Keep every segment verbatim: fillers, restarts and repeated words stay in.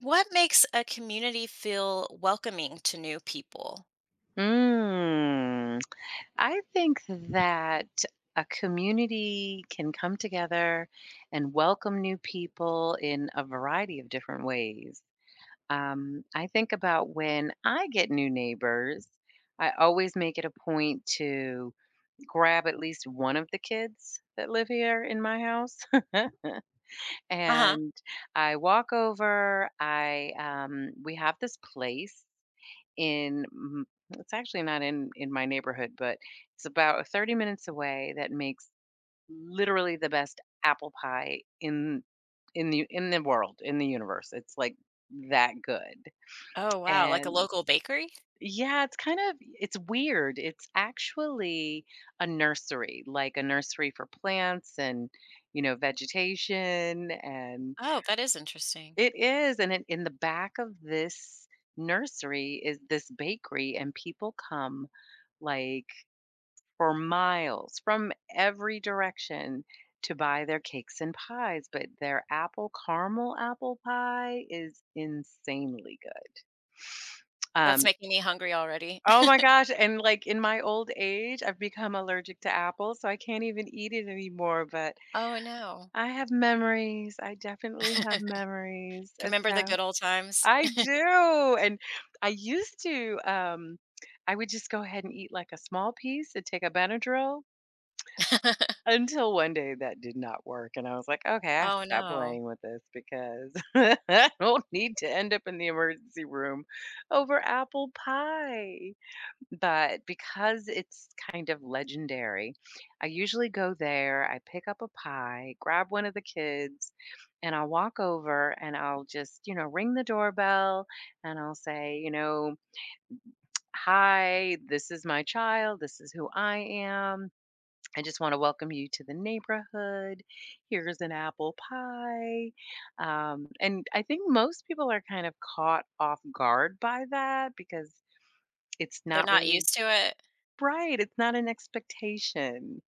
What makes a community feel welcoming to new people? Mm. I think that a community can come together and welcome new people in a variety of different ways. Um, I think about when I get new neighbors, I always make it a point to grab at least one of the kids that live here in my house. Uh-huh. and I walk over, I um, we have this place in m- it's actually not in in my neighborhood, but it's about uh, thirty minutes away that makes literally the best apple pie in in the in the world, in the universe. It's like that good. Oh, wow, like a And local bakery? yeah, it's kind of it's weird. It's actually a nursery, like a nursery for plants and you know vegetation and Oh, that is interesting. it is and in, in the back of this nursery is this bakery and people come like for miles from every direction to buy their cakes and pies, but their apple caramel apple pie is insanely good. That's Um, making me hungry already. oh my gosh, and like in my old age, I've become allergic to apples, so I can't even eat it anymore, but Oh, no. I have memories. I definitely have Can memories. And remember the so good old times? I do. And I used to um I would just go ahead and eat like a small piece and take a Benadryl. Until one day that did not work, and I was like, "Okay, I have to Oh, stop no. playing with this because I don't need to end up in the emergency room over apple pie." But because it's kind of legendary, I usually go there, I pick up a pie, grab one of the kids, and I'll walk over and I'll just, you know, ring the doorbell and I'll say, you know, "Hi, this is my child. This is who I am. I just want to welcome you to the neighborhood. Here's an apple pie. Um, and I think most people are kind of caught off guard by that because it's They're not not really used to it? right. It's not an expectation.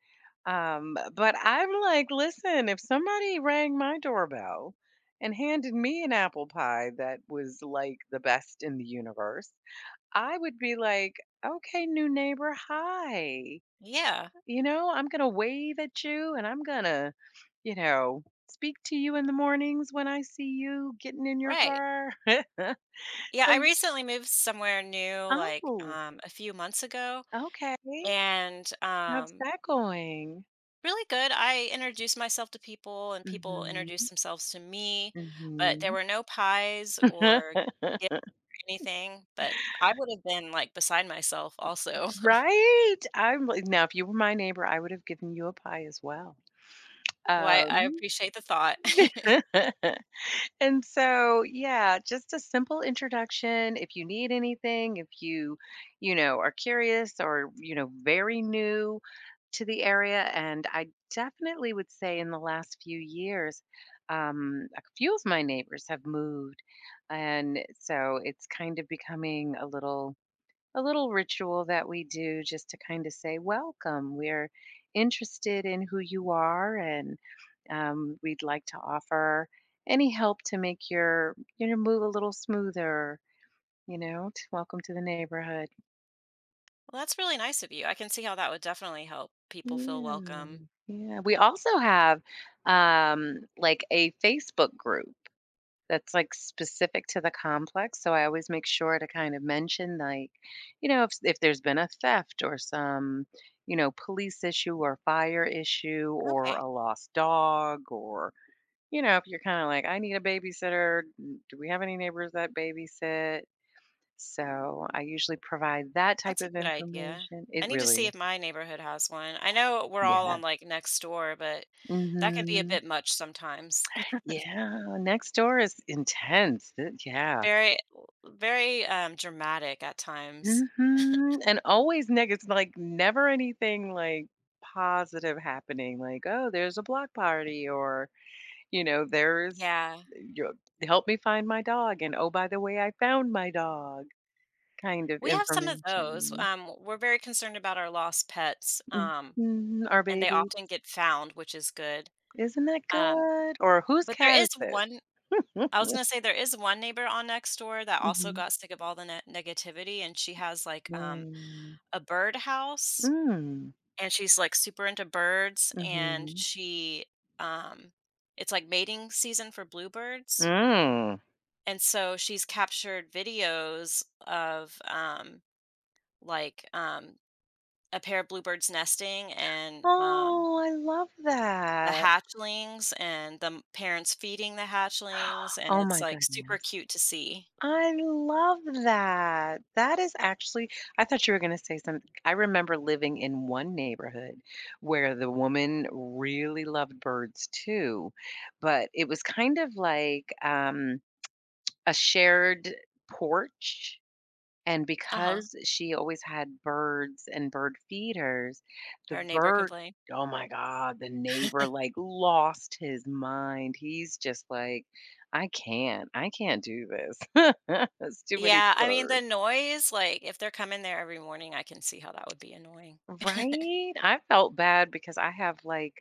Um, but I'm like, listen, if somebody rang my doorbell and handed me an apple pie that was like the best in the universe, I would be like, okay, new neighbor, hi. Yeah, You know, I'm gonna wave at you and I'm gonna, you know, speak to you in the mornings when I see you getting in your right. car. Yeah, So I y recently moved somewhere new, like, oh, um, a few months ago, okay. and, How's um. that going? Really good. I introduced myself to people and people introduced Mhm, themselves to me, but there mhm. were no pies or gift or anything, but I would have been, like, beside myself also. Right? I'm like now if you were my neighbor, I would have given you a pie as well. Why I Um appreciate the thought. And so, yeah, just a simple introduction. If you need anything, if you, you know, are curious or, you know, very new to the area. And I definitely would say in the last few years, um, a few of my neighbors have moved. And so it's kind of becoming a little a little ritual that we do just to kind of say, welcome. We're interested in who you are, and um, we'd like to offer any help to make your, your move a little smoother. You know, to welcome to the neighborhood. Well, that's really nice of you. I can see how that would definitely help people feel Yeah. welcome. Yeah. We also have um, like a Facebook group that's, like, specific to the complex, so I always make sure to kind of mention, like, you know, if if there's been a theft or some, you know, police issue or fire issue or Okay, a lost dog or, you know, if you're kinda like, "I need a babysitter. N do we have any neighbors that babysit?" So, I usually provide that type that's a of good idea. information. I It need to see if really. my neighborhood has one. I know we're all Yeah. on, like, next door, but that can be a Mhm. bit much sometimes. Yeah, next door is intense. Th yeah. Very very, um, dramatic at times. Mhm, and always negative. Like never anything, like, positive happening, like, "Oh, there's a block party," or, you know, "There's Yeah, yo help me find my dog," and, "Oh, by the way, I found my dog," kind of we have some of those. information. Um, we're very concerned about our lost pets, um, Mhm, our and they baby. often get found, which is good. Isn't that Um, good? Or, "Whose but there cat is is this?" one. I was gonna say there is one neighbor on next door that also Mhm. got sick of all the ne negativity, and she has, like, um, Mm. a bird house, Mm. and she's, like, super into birds, and Mhm. she, um it's, like, mating season for bluebirds, Mm. and so she's captured videos of, um, like, um, a pair of bluebirds nesting and, um, Oh, I love the that. hatchlings and the m parents feeding the hatchlings, and Oh it's, my like, super goodness. cute to see. I love that. That is actually I thought you were gonna say something. I remember living in one neighborhood where the woman really loved birds too, but it was kind of like, um, a shared porch and Uh-huh. because she always had birds and bird feeders, the Her neighbor bird complained. oh my god, the neighbor, like, lost his mind. He's just like, "I can't. I can't do this. It's too many Yeah, I mean, the birds." noise, like, if they're coming there every morning, I can see how that would be annoying. Right? I felt bad because I have like,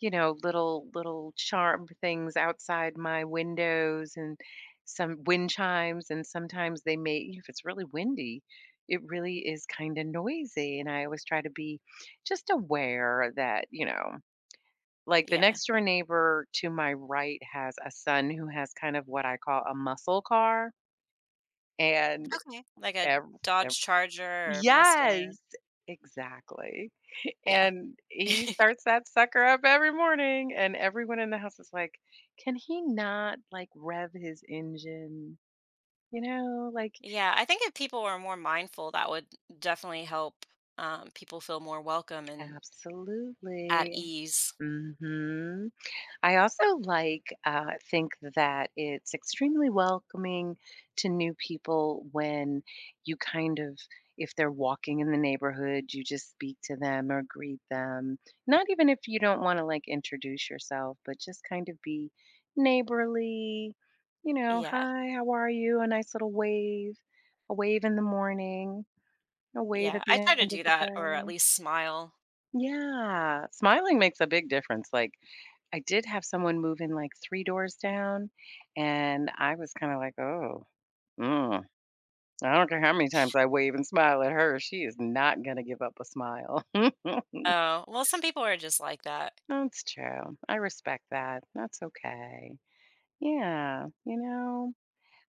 you know, little little charm things outside my windows and some wind chimes and sometimes they may if it's really windy, it really is kind of noisy and I always try to be just aware that, you know, like the Yeah. next door neighbor to my right has a son who has kind of what I call a muscle car and Okay. Like a ev ev Dodge Charger or Mustang. yes, exactly. Yeah. And he starts that sucker up every morning, and everyone in the house is like, "Can he not, like, rev his engine?" You know, like, Yeah, I think if people were more mindful, that would definitely help, um, people feel more welcome and at "Absolutely. ease. Mhm." I also like, uh, think that it's extremely welcoming to new people when you kind of if they're walking in the neighborhood, you just speak to them or greet them. Not even if you don't wanna, like, introduce yourself, but just kind of be neighborly, you know, Yeah. "Hi, how are you?" A nice little wave, a wave in the morning, a wave Yeah, at I the try to end of do the that or at day. least smile. Yeah, smiling makes a big difference, like, I did have someone move in, like, three doors down, and I was kinda like, "Oh, mm." I don't care how many times I wave and smile at her, she is not gonna give up a smile. Oh, well, some people are just like that. That's true. I respect that. That's okay. Yeah, you know?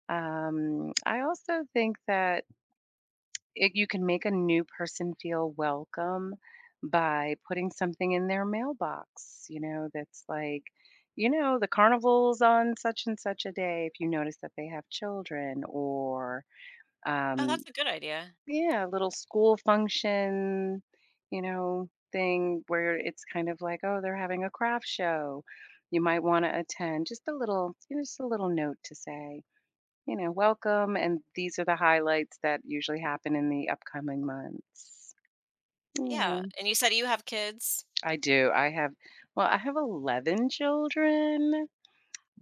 Um, I also think that it, you can make a new person feel welcome by putting something in their mailbox, you know, that's like, you know, the carnival's on such and such a day if you notice that they have children, or, Oh, um, that's a good idea. yeah, a little school function, you know, thing where it's kind of like, oh, they're having a craft show. You might want to attend just a little, you know, just a little note to say, you know, welcome. And these are the highlights that usually happen in the upcoming months. Yeah, Yeah, and you said you have kids? I do. I have, well, I have eleven children,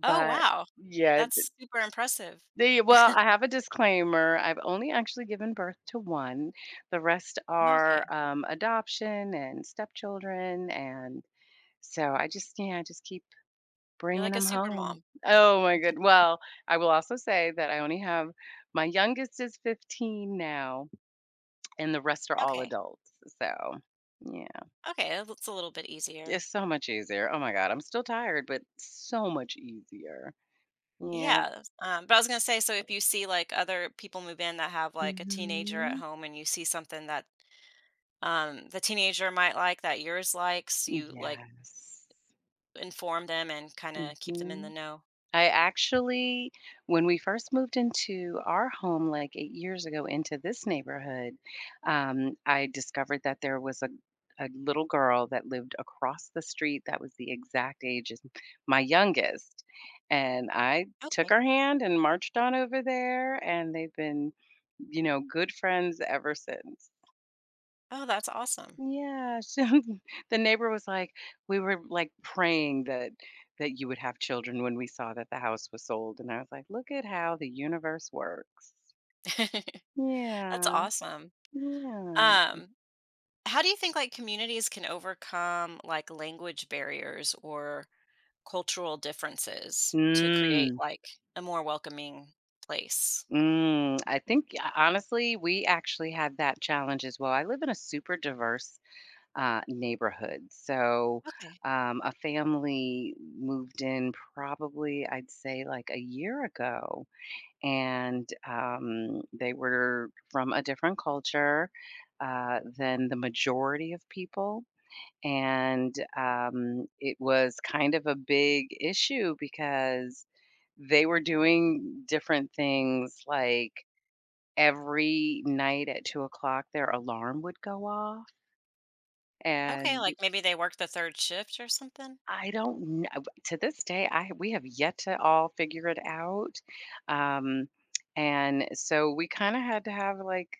Oh, but wow. yeah, That's super impressive. the, well, I have a disclaimer. I've only actually given birth to one. The rest Okay. are um, adoption and stepchildren. And so I just, yeah, I just keep You're bringing like a them super home. mom. Oh my good. Well, I will also say that I only have my youngest is fifteen now. And the rest are all Okay. adults, so, yeah. Okay, that looks a little bit easier. It's so much easier. Oh my god, I'm still tired, but so much easier. Yeah. Yeah, um, but I was gonna say, so if you see, like, other people move in that have, like, a teenager at Mhm. home and you see something that, um, the teenager might like that yours likes, you, like, Yes. inform them and kinda keep them in the Mhm. know. I actually when we first moved into our home, like, eight years ago into this neighborhood, um, I discovered that there was a a little girl that lived across the street that was the exact age as my youngest, and I took Okay. her hand and marched on over there, and they've been, you know, good friends ever since. Oh, that's awesome. Yeah, so the neighbor was like, "We were, like, praying that that you would have children when we saw that the house was sold," and I was like, "Look at how the universe works." That's Yeah, awesome. yeah. Um, how do you think like communities can overcome like language barriers or cultural differences to create Mm, like a more welcoming place? mm, I think y honestly, we actually had that challenge as well. I live in a super diverse, uh, neighborhood, so, Okay. um, a family moved in probably, I'd say, like, a year ago. And um, they were from a different culture uh, than the majority of people. And um, it was kind of a big issue because they were doing different things like every night at two o'clock, their alarm would go off. Okay. And Like maybe they work the third shift or something. I don't know. To this day, I we have yet to all figure it out. Um, and so we kind of had to have like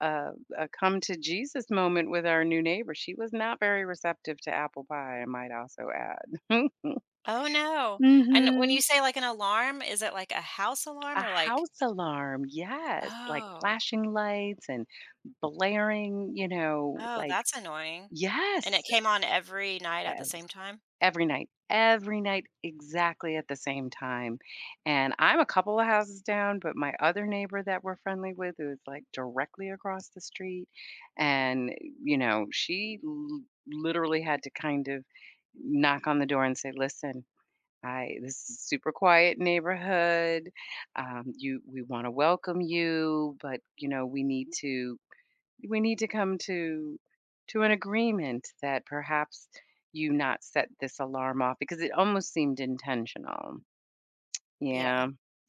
a, a come to Jesus moment with our new neighbor. She was not very receptive to apple pie, I might also add. Oh no. And when you hmm. say like an alarm, is it like a house alarm A or like, house alarm, yes, like oh, flashing lights and blaring, you know, oh, like, that's annoying. And it yes. came on every night at the same time? Every night. Every night, exactly at the same time, and I'm a couple of houses down, but my other neighbor that we're friendly with who's like, directly across the street, and, you know, she l literally had to kind of knock on the door and say, "Listen, I this is super quiet neighborhood, um, you we wanna welcome you, but, you know, we need to we need to come to to an agreement that perhaps you not set this alarm off because it almost seemed intentional. Yeah. Yeah.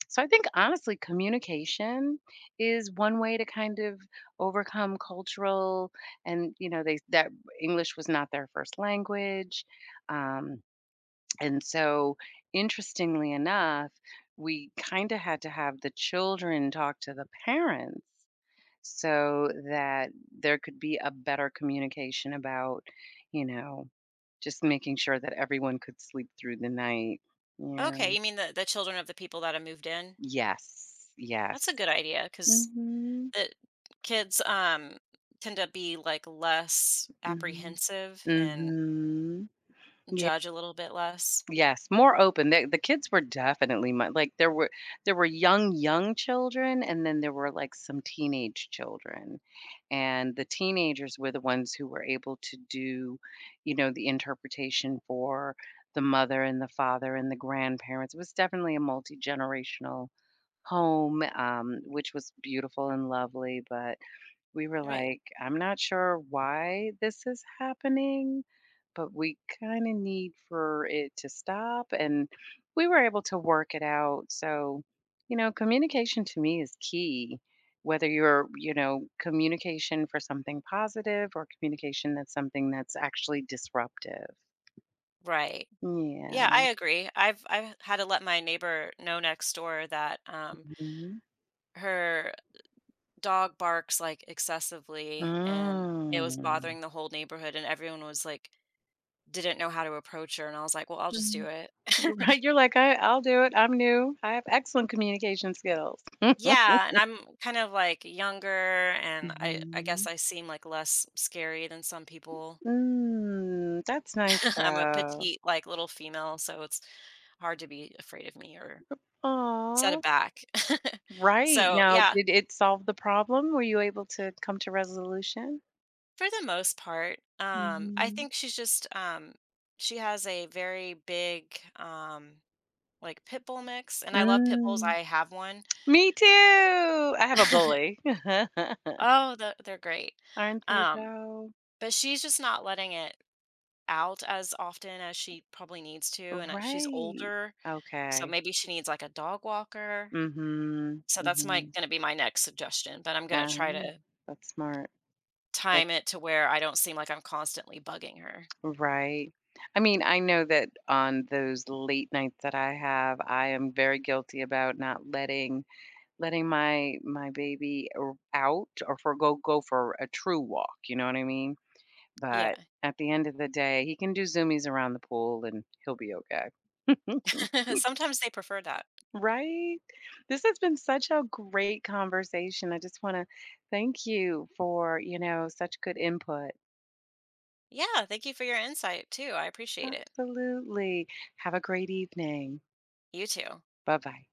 So I think honestly communication is one way to kind of overcome cultural and you know they that English was not their first language. Um and so interestingly enough, we kind of had to have the children talk to the parents so that there could be a better communication about, you know, just making sure that everyone could sleep through the night. Yeah. Okay, you mean the the children of the people that have moved in? Yes. That's a Yes. good idea because Mhm. kids um, tend to be like less Mhm. apprehensive and Mhm. judge a little bit less. Yes, more open. The the kids were definitely mu like, there were there were young, young children, and then there were, like, some teenage children, and the teenagers were the ones who were able to do, you know, the interpretation for the mother and the father and the grandparents. It was definitely a multi-generational home, um, which was beautiful and lovely, but we were Right. like, "I'm not sure why this is happening, but we kinda need for it to stop," and we were able to work it out, so, you know, communication to me is key, whether you're you know, communication for something positive or communication that's something that's actually disruptive. Right. Yeah, I Yeah. agree. I've I've had to let my neighbor know next door that um, Mhm. her dog barks like excessively, and it was Mm. bothering the whole neighborhood, and everyone was like didn't know how to approach her, and I was like, well, I'll just do Mhm. it. Right, you're like, "I I'll do it, I'm new, I have excellent communication skills." Yeah, and I'm kind of like younger and I I guess Mhm. I seem like less scary than some people. Mm, that's nice I'm a though. petite like little female, so it's hard to be afraid of me or set it Aw, back. right. So, Now, yeah, did it solve the problem? Were you able to come to resolution? for the most part, um I Mhm. think she's just um she has a very big um like pit bull mix and I love pit bulls. Mm, I have one. me too. I have a bully. Oh, the, they're great. Aren't they Um though? but she's just not letting it out as often as she probably needs to, and, uh, she's Right. older, so Okay. maybe she needs, like, a dog walker. Mhm. So that's my Mhm. gonna be my next suggestion, but I'm gonna try Oh, to that's smart. That's time it to where I don't seem like I'm constantly bugging her. right. I mean, I know that on those late nights that I have, I am very guilty about not letting letting my my baby or out or for go go for a true walk, you know what I mean? But Yeah. at the end of the day, he can do zoomies around the pool and he'll be okay. Sometimes they prefer that. Right? This has been such a great conversation. I just want to thank you for, you know, such good input. Yeah, thank you for your insight too, I appreciate it. Absolutely. Have a great evening. You too. Bye-bye.